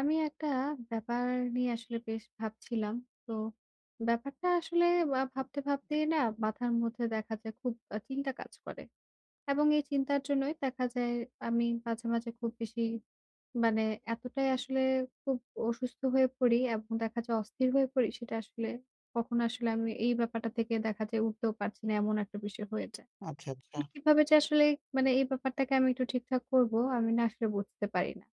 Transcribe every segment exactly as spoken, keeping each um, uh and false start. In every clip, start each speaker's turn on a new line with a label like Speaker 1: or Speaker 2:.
Speaker 1: আমি একটা ব্যাপার নিয়ে আসলে বেশ ভাবছিলাম। তো ব্যাপারটা আসলে আ ভাবতে, ভাবতেই না মাথার মধ্যে দেখা যায় খুব আ চিন্তা কাজ করে। এবং এই চিন্তার জন্যই দেখা যায় আমি মাঝে, মাঝে খুব বেশি মানে এতটাই আসলে খুব অসুস্থ হয়ে পড়ি এবং দেখা যায় অস্থির হয়ে পড়ি সেটা আসলে কখনো আসলে আমি এই ব্যাপারটা থেকে দেখা যায় উঠতেও পারছি না, এমন একটা বিষয় হয়েছে।
Speaker 2: আচ্ছা, আচ্ছা।
Speaker 1: কিভাবে যে আসলে মানে এই ব্যাপারটাকে আমি একটু ঠিকঠাক করব, আমি না আসলে বুঝতে পারি না।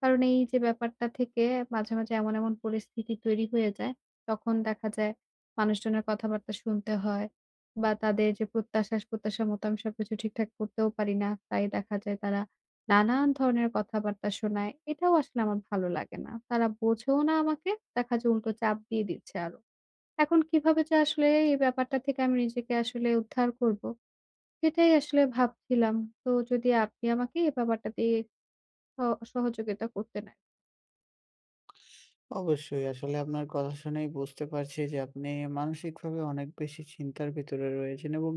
Speaker 1: কারণ এই যে ব্যাপারটা থেকে মাঝে, মাঝে এমন, এমন পরিস্থিতি তৈরি হয়ে যায়, তখন দেখা যায় মানুষজনের কথাবার্তা শুনতে হয় বা তাদের যে প্রত্যাশা, প্রত্যাশা মতো আমি সবকিছু ঠিকঠাক করতেও পারি না। তাই দেখা যায় তারা নানান ধরনের কথাবার্তা শোনায়। এটাও আসলে আমার ভালো লাগে না। তারা বোঝেও না আমাকে, দেখা যায় উল্টো চাপ দিয়ে দিচ্ছে আরো। এখন কিভাবে যে আসলে এই ব্যাপারটা থেকে আমি নিজেকে আসলে উদ্ধার করব? সেটাই আসলে ভাবছিলাম। তো যদি আপনি আমাকে এই ব্যাপারটাতে স সহযোগিতা করতেন আর কি।
Speaker 2: অবশ্যই আসলে আপনার কথা শুনেই বুঝতে পারছি যে আপনি মানসিকভাবে অনেক বেশি চিন্তার ভিতরে রয়েছেন এবং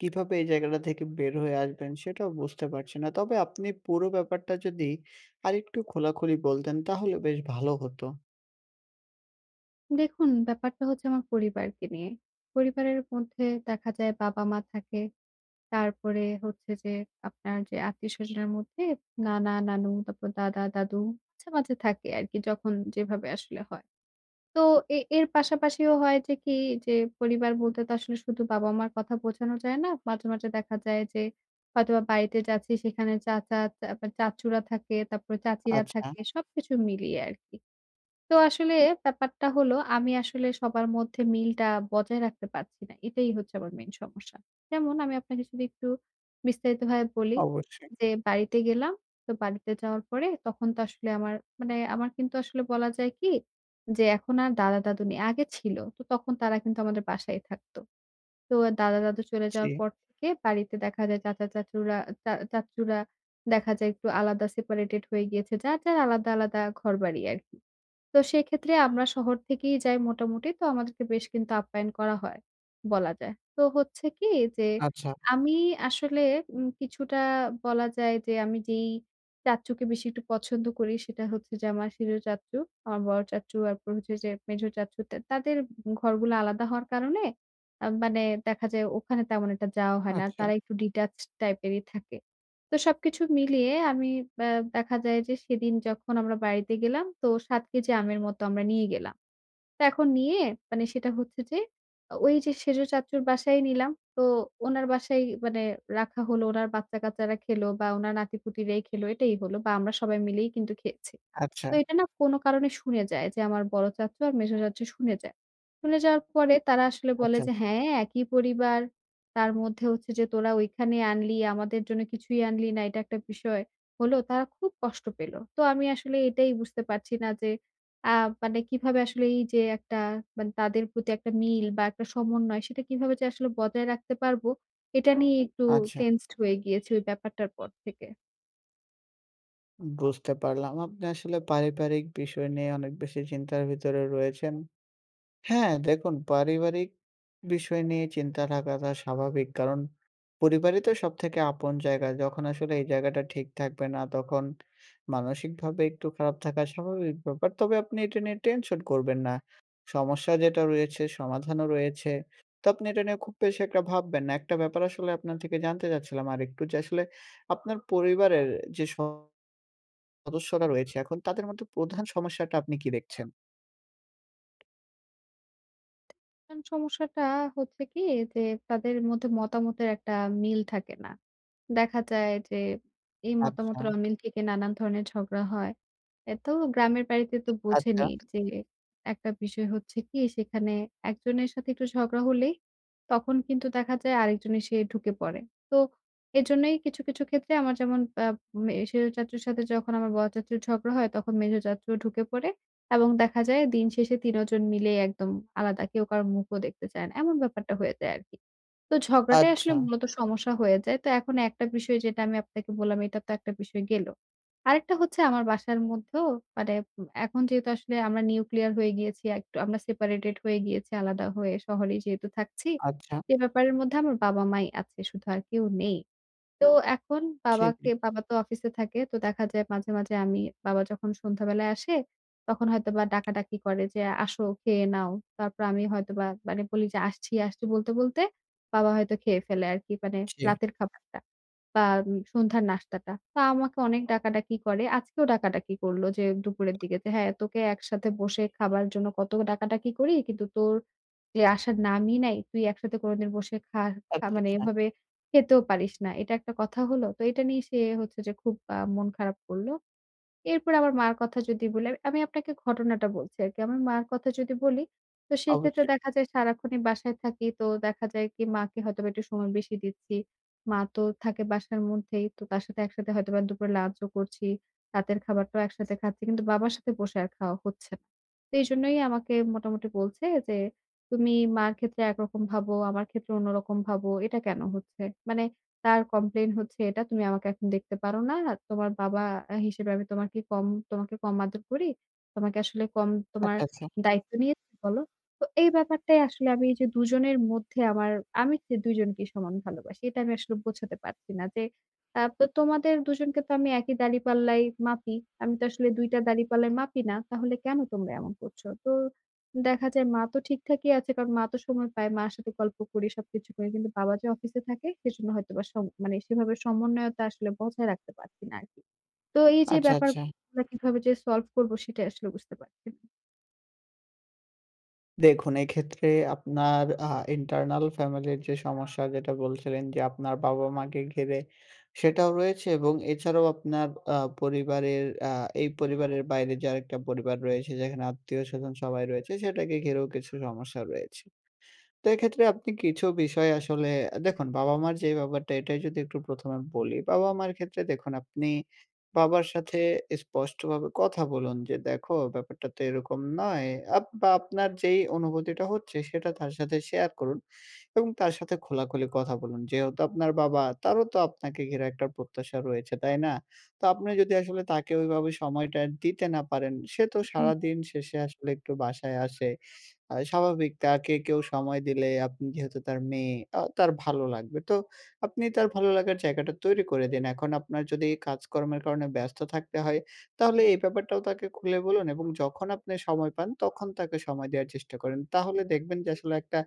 Speaker 2: কিভাবে এই জায়গাটা থেকে বের হয়ে আসবেন সেটাও বুঝতে পারছি না। তবে আপনি পুরো ব্যাপারটা যদি আরেকটু খোলাখুলি বলতেন তাহলে বেশ ভালো হতো।
Speaker 1: দেখুন ব্যাপারটা হচ্ছে আমার পরিবারকে নিয়ে। পরিবারের মধ্যে দেখা যায় বাবা-মা থাকে। তারপরে হচ্ছে যে আপনার যে আত্মীয়স্বজনের মধ্যে নানা, নানু, তারপর দাদা, দাদু মাঝে, মাঝে থাকে আরকি, যখন যেভাবে আসলে হয়। তো এ এর পাশাপাশিও হয় যে কি, যে পরিবার বলতে তো আসলে শুধু বাবা-মার কথা বোঝানো যায় না। মাঝে, মাঝে দেখা যায় যে হয়তোবা বাড়িতে যাচ্ছি সেখানে চাচা, তারপর চাচুরা থাকে, তারপরে চাচিরা
Speaker 2: আচ্ছা,
Speaker 1: থাকে, সবকিছু মিলিয়ে আরকি। তো আসলে ব্যাপারটা হলো আমি আসলে সবার মধ্যে মিলটা বজায় রাখতে পারছি না। এটাই হচ্ছে আমার মেইন সমস্যা। যেমন আমি আপনাকে যদি একটু বিস্তারিতভাবে বলি
Speaker 2: অবশ্যই।
Speaker 1: যে বাড়িতে গেলাম। তো বাড়িতে যাওয়ার পরে তখন তো আসলে আমার মানে আমার কিন্তু আসলে বলা যায় কি, যে এখন আর দাদা-দাদু নেই। আগে ছিল। তো তখন তারা কিন্তু আমাদের বাসায় থাকতো। তো দাদা-দাদু চলে
Speaker 2: জি।
Speaker 1: যাওয়ার পর থেকে বাড়িতে দেখা যায় চাচা-চাচুরা চা চাচ্চুরা দেখা যায় একটু আলাদা, সেপারেটেড হয়ে গিয়েছে। যার, যার আলাদা, আলাদা ঘরবাড়ি আরকি। তো সেক্ষেত্রে আমরা শহর থেকেই যাই মোটামুটি। তো আমাদেরকে বেশ কিন্তু আপ্যায়ন করা হয়, বলা যায়। তো হচ্ছে কি যে
Speaker 2: আচ্ছা,
Speaker 1: আমি আসলে উম কিছুটা বলা যায় যে আমি যেই চাচ্চুকে বেশি একটু পছন্দ করি সেটা হচ্ছে যে আমার শিশু চাচ্চু, আমার বড় চাচ্চু, তারপর হচ্ছে যে মেঝো চাচ্চু, তা তাদের ঘরগুলো আলাদা হওয়ার কারণে আ মানে দেখা যায় ওখানে তেমন একটা যাওয়া হয় না।
Speaker 2: আচ্ছা,
Speaker 1: তারা একটু ডিট্যাচড টাইপেরই থাকে। তো সবকিছু মিলিয়ে আমি আ দেখা যায় যে সেদিন যখন আমরা বাড়িতে গেলাম তো সাত কেজি আমের মতো আমরা নিয়ে গেলাম। তো এখন নিয়ে মানে সেটা হচ্ছে যে ওই যে সেজ চাচ্চুর বাসায় নিলাম। তো উনার বাসায় মানে রাখা হলো। উনার বাচ্চা-কাচ্চারা খেলো বা উনার নাতি-পুতিরাই খেলো এটাই হলো, বা আমরা সবাই মিলেই কিন্তু খেয়েছি।
Speaker 2: আচ্ছা,
Speaker 1: তো এটা না কোনো কারণে শুনে যায় যে আমার বড় চাচ্চু আর মেঝো চাচ্চু শুনে যায়। শুনে যাওয়ার পরে তারা আসলে বলে
Speaker 2: আচ্ছা,
Speaker 1: যে, "হ্যাঁ, একই পরিবার। তার মধ্যে হচ্ছে যে তোরা ওইখানে আনলি, আমাদের জন্য কিছুই আনলি না। এটা একটা বিষয় হলো।" তারা খুব কষ্ট পেল। তো আমি আসলে এটাই বুঝতে পারছি না যে আ মানে কিভাবে আসলে এই যে একটা মানে তাদের প্রতি একটা মিল বা একটা সমন্বয় সেটা কিভাবে যে আসলে বজায় রাখতে পারবো, এটা নিয়ে একটু
Speaker 2: আচ্ছা।
Speaker 1: টেনসড হয়ে গিয়েছি ওই ব্যাপারটার পর থেকে।
Speaker 2: বুঝতে পারলাম। আপনি আসলে পারিবারিক বিষয় নিয়ে অনেক বেশি চিন্তার ভিতরে রয়েছেন। হ্যাঁ, দেখুন, পারিবারিক বিষয় নিয়ে চিন্তা থাকাটা স্বাভাবিক। কারণ পরিবারই তো সবথেকে আপন জায়গা। যখন আসলে এই জায়গাটা ঠিক থাকবে না, তখন মানসিকভাবে একটু খারাপ থাকা স্বাভাবিক ব্যাপার। তবে আপনি এটা নিয়ে টেনশন করবেন না। সমস্যা যেটা রয়েছে, সমাধানও রয়েছে। তো আপনি এটা নিয়ে খুব বেশি একটা ভাববেন না। একটা ব্যাপার আসলে আপনার থেকে জানতে চাচ্ছিলাম আরেকটু, যে আসলে আপনার পরিবারের যে সদস্যরা রয়েছে এখন তাদের মধ্যে প্রধান সমস্যাটা আপনি কি দেখছেন?
Speaker 1: এখন সমস্যাটা হচ্ছে কি, যে তাদের মধ্যে মতামতের একটা মিল থাকে না। দেখা যায় যে এই
Speaker 2: আচ্ছা,
Speaker 1: মতামতের অমিল থেকে নানান ধরনের ঝগড়া হয়। এ তো গ্রামের বাড়িতে তো
Speaker 2: আচ্ছা,
Speaker 1: বোঝেনি যে একটা বিষয় হচ্ছে কি, সেখানে একজনের সাথে একটু ঝগড়া হলেই তখন কিন্তু দেখা যায় আরেকজন এসে ঢুকে পড়ে। তো এজন্যই কিছু, কিছু ক্ষেত্রে আমার যেমন আ মে সেজ চাচুর সাথে যখন আমার বড় চাচুর ঝগড়া হয় তখন মেজ চাচুও ঢুকে পড়ে। এবং দেখা যায় দিন শেষে তিন ও জন মিলে একদম আলাদা, কেউ কারো মুখও দেখতে চায় না। এমন ব্যাপারটা হয়ে যায় আরকি। তো ঝগড়াটাই আসলে
Speaker 2: আচ্ছা।
Speaker 1: মূলত সমস্যা হয়ে যায়। তো এখন একটা বিষয় যেটা আমি আপনাকে বললাম, এটা তো একটা বিষয় গেল। আরেকটা হচ্ছে আমার বাসার মধ্যেও মানে উম এখন যেহেতু আসলে আমরা নিউক্লিয়ার হয়ে গিয়েছি, একটু আমরা সেপারেটেড হয়ে গিয়েছি আলাদা হয়ে শহরেই যেহেতু থাকছি।
Speaker 2: আচ্ছা।
Speaker 1: সে ব্যাপারের মধ্যে আমার বাবা-মাই আছে, শুধু আর কেউ নেই। তো এখন
Speaker 2: জি, জি,
Speaker 1: বাবাকে বাবা তো অফিসে থাকে। তো দেখা যায় মাঝে, মাঝে আমি বাবা যখন সন্ধ্যাবেলায় আসে, তখন হয়তোবা ডাকাডাকি করে যে, "আসো খেয়ে নাও।" তারপর আমি হয়তোবা মানে বলি যে, "আসছি, আসছি" বলতে, বলতে বাবা হয়তো খেয়ে ফেলে আরকি, মানে
Speaker 2: জি।
Speaker 1: রাতের খাবারটা বা উম সন্ধ্যার নাস্তাটা। তো আমাকে অনেক ডাকাডাকি করে। আজকেও ডাকাডাকি করল যে দুপুরের দিকে যে, "হ্যাঁ, তোকে একসাথে বসে খাবার জন্য কত ডাকাডাকি করি। কিন্তু তোর যে আসার নামই নাই। তুই একসাথে কোনদিন বসে খা খা
Speaker 2: আচ্ছা,
Speaker 1: মানে
Speaker 2: আচ্ছা।
Speaker 1: এভাবে খেতেও পারিস না। এটা একটা কথা হলো।" তো এটা নিয়ে সে হচ্ছে যে খুব আ মন খারাপ করল। এরপরে আমার মার কথা যদি বলি, আমি আপনাকে ঘটনাটা বলছি আরকি। আমার মার কথা যদি বলি, তো সেই ক্ষেত্রে
Speaker 2: অবশ্যই।
Speaker 1: দেখা যায় সারাক্ষণই বাসায় থাকি। তো দেখা যায় কি মাকে হয়তোবা একটু সময় বেশি দিচ্ছি। মা তো থাকে বাসার মধ্যেই। তো তার সাথে একসাথে হয়তোবা দুপুরে লাঞ্চও করছি। রাতের খাবারটাও একসাথে খাচ্ছি। কিন্তু বাবার সাথে বসে আর খাওয়া হচ্ছে না। তো এইজন্যই আমাকে মোটামুটি বলছে যে, "তুমি মার ক্ষেত্রে একরকম ভাবো, আমার ক্ষেত্রে অন্যরকম ভাবো। এটা কেন হচ্ছে?" মানে তার কমপ্লেইন হচ্ছে এটা, "তুমি আমাকে এখন দেখতে পারো না। তোমার বাবা আ হিসেবে আমি তোমাকে কম তোমাকে কম আদর করি। তোমাকে আসলে কম তোমার
Speaker 2: আচ্ছা, আচ্ছা।
Speaker 1: দায়িত্ব নিয়েছি বলো।" তো এই ব্যাপারটাই আসলে আমি এই যে দুজনের মধ্যে আমার আমি যে দুইজনকেই সমান ভালোবাসি। এটা আমি আসলে বোঝাতে পারছি না যে, আ তো তোমাদের দুজনকে তো আমি একই দাঁড়িপাল্লায় মাপি। আমি তো আসলে দুই টা দাঁড়িপাল্লায় মাপি না। তাহলে কেন তোমরা এমন করছো? তো দেখা যায় মা তো ঠিকঠাকই আছে। কারণ মা তো সময় পায়। মার সাথে গল্প করি, সবকিছু করি। কিন্তু বাবা যে অফিসে থাকে সেজন্য হয়তোবা সম মানে সেভাবে সমন্বয়তা আসলে বজায় রাখতে পারছি না আরকি। তো এই যে
Speaker 2: আচ্ছা, আচ্ছা।
Speaker 1: ব্যাপারগুলা কিভাবে যে সলভ করব সেটাই আসলে বুঝতে পারছি না।
Speaker 2: দেখুন, এক্ষেত্রে আপনার আ ইন্টারনাল ফ্যামিলির যে সমস্যা যেটা বলছিলেন, যে আপনার বাবা-মাকে ঘিরে, সেটাও রয়েছে এবং এছাড়াও আপনার আ পরিবারের, আ এই পরিবারের বাইরে যে আরেকটা পরিবার রয়েছে যেখানে আত্মীয়স্বজন সবাই রয়েছে, সেটাকে ঘিরেও কিছু সমস্যা রয়েছে। তো এক্ষেত্রে আপনি কিছু বিষয় আসলে, দেখুন, বাবা-মার যে ব্যাপারটা, এটাই যদি একটু প্রথম এ বলি। বাবা-মার ক্ষেত্রে দেখুন, আপনি বাবার সাথে স্পষ্টভাবে কথা বলুন যে, "দেখো, ব্যাপারটা তো এরকম নয়।" আপ বা আপনার যেই অনুভূতিটা হচ্ছে সেটা তার সাথে শেয়ার করুন এবং তার সাথে খোলাখুলি কথা বলুন। যেহেতু আপনার বাবা, তারও তো আপনাকে ঘিরে একটা প্রত্যাশা রয়েছে, তাই না? তো আপনি যদি আসলে তাকে ওইভাবে সময়টা দিতে না পারেন, সে তো
Speaker 1: হুম।
Speaker 2: সারাদিন শেষে আসলে একটু বাসায় আসে। আ স্বাভাবিক, তাকে কেউ সময় দিলে, আপনি যেহেতু তার মেয়ে, আ তার ভালো লাগবে। তো আপনি তার ভালো লাগার জায়গাটা তৈরি করে দিন। এখন আপনার যদি কাজকর্মের কারণে ব্যস্ত থাকতে হয়, তাহলে এই ব্যাপারটাও তাকে খুলে বলুন এবং যখন আপনি সময় পান তখন তাকে সময় দেওয়ার চেষ্টা করেন। তাহলে দেখবেন যে আসলে একটা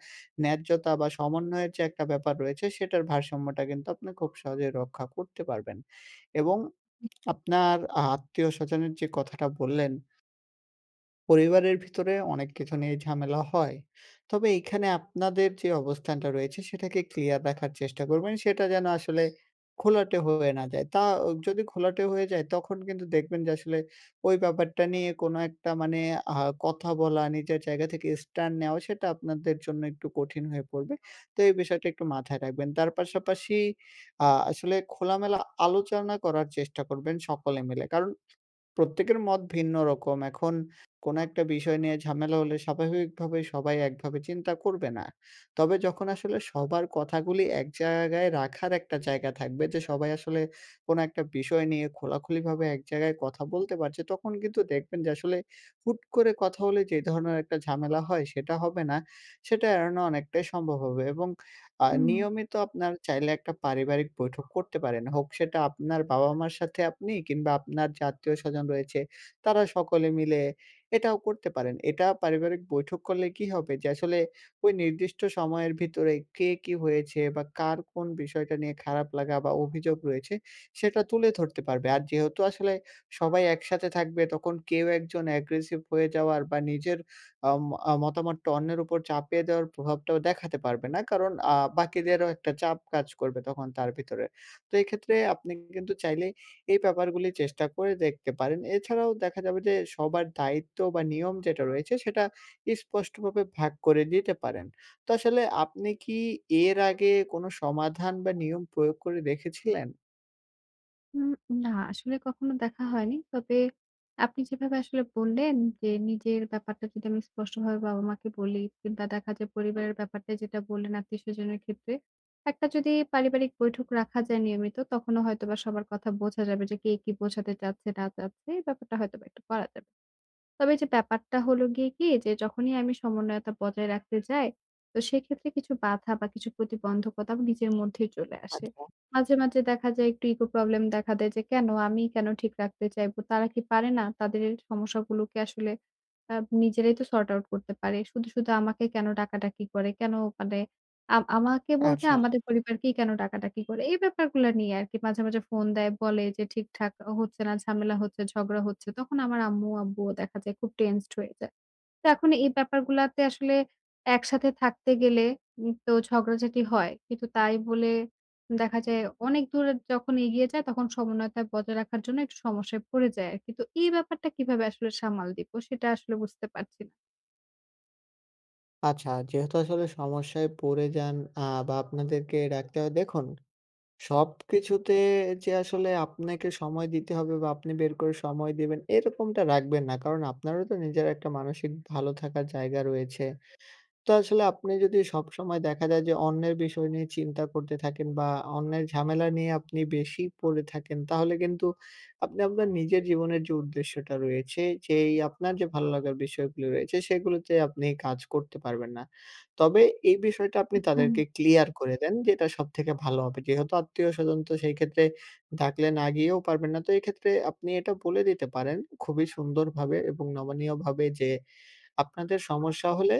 Speaker 2: ন্যায্যতা বা সমন্বয়ের যে একটা ব্যাপার রয়েছে, সেটার ভারসাম্যটা কিন্তু আপনি খুব সহজেই রক্ষা করতে পারবেন। এবং আপনার আত্মীয়-স্বজনের যে কথাটা বললেন, পরিবারের ভিতরে অনেক কিছু নিয়ে ঝামেলা হয়। তবে এইখানে আপনাদের যে অবস্থানটা রয়েছে সেটাকে ক্লিয়ার রাখার চেষ্টা করবেন। সেটা যেন আসলে ঘোলাটে হয়ে না যায়। তা যদি ঘোলাটে হয়ে যায়, তখন কিন্তু দেখবেন যে আসলে ওই ব্যাপারটা নিয়ে কোনো একটা মানে আ কথা বলা, নিজের জায়গা থেকে স্ট্যান্ড নেওয়া, সেটা আপনাদের জন্য একটু কঠিন হয়ে পড়বে। তো এই বিষয়টা একটু মাথায় রাখবেন। তার পাশাপাশি আ আসলে খোলামেলা আলোচনা করার চেষ্টা করবেন সকলে মিলে। কারণ প্রত্যেকের মত ভিন্ন রকম। এখন কোনো একটা বিষয় নিয়ে ঝামেলা হলে স্বাভাবিকভাবে সবাই একভাবে চিন্তা করবে না। তবে যখন আসলে সবার কথাগুলি এক জায়গায় রাখার একটা জায়গা থাকবে, যে সবাই আসলে কোনো একটা বিষয় নিয়ে খোলাখুলিভাবে এক জায়গায় কথা বলতে পারছে, তখন কিন্তু দেখবেন যে আসলে হুট করে কথা হলে যে ধরনের একটা ঝামেলা হয় সেটা হবে না, সেটা এড়ানো অনেকটাই সম্ভব হবে এবং আ
Speaker 1: হুম,
Speaker 2: নিয়মিত আপনার চাইলে একটা পারিবারিক বৈঠক করতে পারেন। হোক সেটা আপনার বাবা-মার সাথে আপনি, কিংবা আপনার যে আত্মীয়স্বজন রয়েছে তারা সকলে মিলে, এটাও করতে পারেন। এটা পারিবারিক বৈঠক করলে কি হবে, যে আসলে ওই নির্দিষ্ট সময়ের ভিতরে কে কি হয়েছে বা কার কোন বিষয়টা নিয়ে খারাপ লাগা বা অভিযোগ রয়েছে, সেটা তুলে ধরতে পারবে। আর যেহেতু আসলে সবাই একসাথে থাকবে, তখন কেউ একজন অ্যাগ্রেসিভ হয়ে যাওয়ার বা নিজের আম আ মতামতটা অন্যের উপর চাপিয়ে দেওয়ার প্রভাবটাও দেখাতে পারবে না। কারণ আ বাকিদেরও একটা চাপ কাজ করবে তখন তার ভিতরে। তো এক্ষেত্রে আপনি কিন্তু চাইলে এই ব্যাপারগুলি চেষ্টা করে দেখতে পারেন। এছাড়াও দেখা যাবে যে সবার দায়িত্ব বা নিয়ম যেটা রয়েছে সেটা স্পষ্টভাবে ভাগ করে দিতে পারেন। তো আসলে আপনি কি এর আগে কোনো সমাধান বা নিয়ম প্রয়োগ করে দেখেছিলেন?
Speaker 1: উম না আসলে কখনো দেখা হয়নি। তবে আপনি যেভাবে আসলে বললেন যে, নিজের ব্যাপারটা যদি আমি স্পষ্টভাবে বাবা-মাকে বলি কিংবা দেখা যায় পরিবারের ব্যাপারটা যেটা বললেন আত্মীয়স্বজনের ক্ষেত্রে, একটা যদি পারিবারিক বৈঠক রাখা যায় নিয়মিত তখনও হয়তোবা সবার কথা বোঝা যাবে যে, কে কি বোঝাতে চাচ্ছে না চাচ্ছে। এই ব্যাপারটা হয়তোবা একটু করা যাবে। তবে যে ব্যাপারটা হলো গিয়ে কি, যে যখনই আমি সমন্বয়তা বজায় রাখতে যাই, তো সেক্ষেত্রে কিছু বাধা বা কিছু প্রতিবন্ধকতা নিজের মধ্যেই চলে আসে।
Speaker 2: আচ্ছা।
Speaker 1: মাঝে, মাঝে দেখা যায় একটু ইগো প্রবলেম দেখা দেয় যে কেন আমি কেন ঠিক রাখতে চাইবো? তারা কি পারে না? তাদের এই সমস্যাগুলোকে আসলে আ নিজেরাই তো সর্ট আউট করতে পারে। শুধু, শুধু আমাকে কেন ডাকাডাকি করে? কেন মানে আম আমাকে বলতে
Speaker 2: আচ্ছা,
Speaker 1: আমাদের পরিবারকেই কেন ডাকাডাকি করে? এই ব্যাপারগুলা নিয়ে আরকি মাঝে, মাঝে ফোন দেয়, বলে যে ঠিকঠাক হচ্ছে না, ঝামেলা হচ্ছে, ঝগড়া হচ্ছে। তখন আমার আম্মু, আব্বুও দেখা যায় খুব টেনসড হয়ে যায়। তো এখন এই ব্যাপারগুলাতে আসলে একসাথে থাকতে গেলে উম তো ঝগড়াঝাটি হয়। কিন্তু তাই বলে দেখা যায় অনেক দূরে যখন এগিয়ে যায় তখন সমন্বয়তা বজায় রাখার জন্য একটু সমস্যায় পড়ে যায় আরকি। তো এই ব্যাপারটা কিভাবে আসলে সামাল দিব সেটা আসলে বুঝতে পারছি না।
Speaker 2: আচ্ছা, যেহেতু আসলে সমস্যায় পড়ে যান আ বা আপনাদেরকে রাখতে হয়, দেখুন, সবকিছুতে যে আসলে আপনাকে সময় দিতে হবে বা আপনি বের করে সময় দিবেন, এরকমটা রাখবেন না। কারণ আপনারও তো নিজের একটা মানসিক ভালো থাকার জায়গা রয়েছে। তো আসলে আপনি যদি সবসময় দেখা যায় যে অন্যের বিষয় নিয়ে চিন্তা করতে থাকেন বা অন্যের ঝামেলা নিয়ে আপনি বেশি পড়ে থাকেন, তাহলে কিন্তু আপনি আপনার নিজের জীবনের যে উদ্দেশ্যটা রয়েছে, যেই আপনার যে ভালো লাগার বিষয়গুলো রয়েছে সেগুলোতে আপনি কাজ করতে পারবেন না। তবে এই বিষয়টা আপনি
Speaker 1: হুম।
Speaker 2: তাদেরকে ক্লিয়ার করে দেন, যেটা সবথেকে ভালো হবে। যেহেতু আত্মীয়স্বজন তো সেই ক্ষেত্রে ডাকলে না গিয়েও পারবেন না। তো এক্ষেত্রে আপনি এটা বলে দিতে পারেন খুবই সুন্দরভাবে এবং নমনীয়ভাবে যে, আপনাদের সমস্যা হলে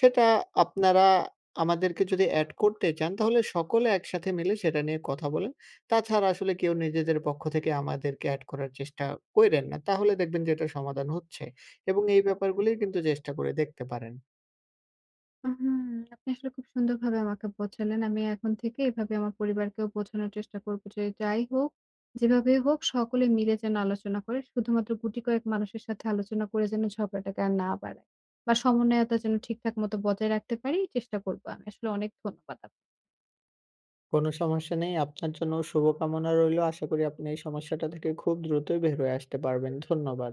Speaker 2: সেটা আপনারা আমাদেরকে যদি এড করতে চান, তাহলে সকলে একসাথে মিলে সেটা নিয়ে কথা বলেন। তাছাড়া আসলে কেউ নিজেদের পক্ষ থেকে আমাদেরকে এড করার চেষ্টা কইরেন না। তাহলে দেখবেন যে এটার সমাধান হচ্ছে, এবং এই ব্যাপারগুলি কিন্তু চেষ্টা করে দেখতে পারেন।
Speaker 1: হুম, আপনি আসলে খুব সুন্দরভাবে আমাকে বোঝালেন। আমি এখন থেকে এভাবে আমার পরিবারকেও বোঝানোর চেষ্টা করব যে, যাই হোক, যেভাবেই হোক সকলে মিলে যেন আলোচনা করে। শুধুমাত্র গুটি কয়েক মানুষের সাথে আলোচনা করে যেন ঝগড়াটাকে আর না বাড়ায়। বা সমন্বয়তা যেন ঠিকঠাক মতো বজায় রাখতে পারি, চেষ্টা করব আমি। আসলে অনেক ধন্যবাদ।
Speaker 2: কোনো সমস্যা নেই। আপনার জন্য শুভকামনা রইলো। আশা করি আপনি এই সমস্যাটা থেকে খুব দ্রুতই বের হয়ে আসতে পারবেন। ধন্যবাদ।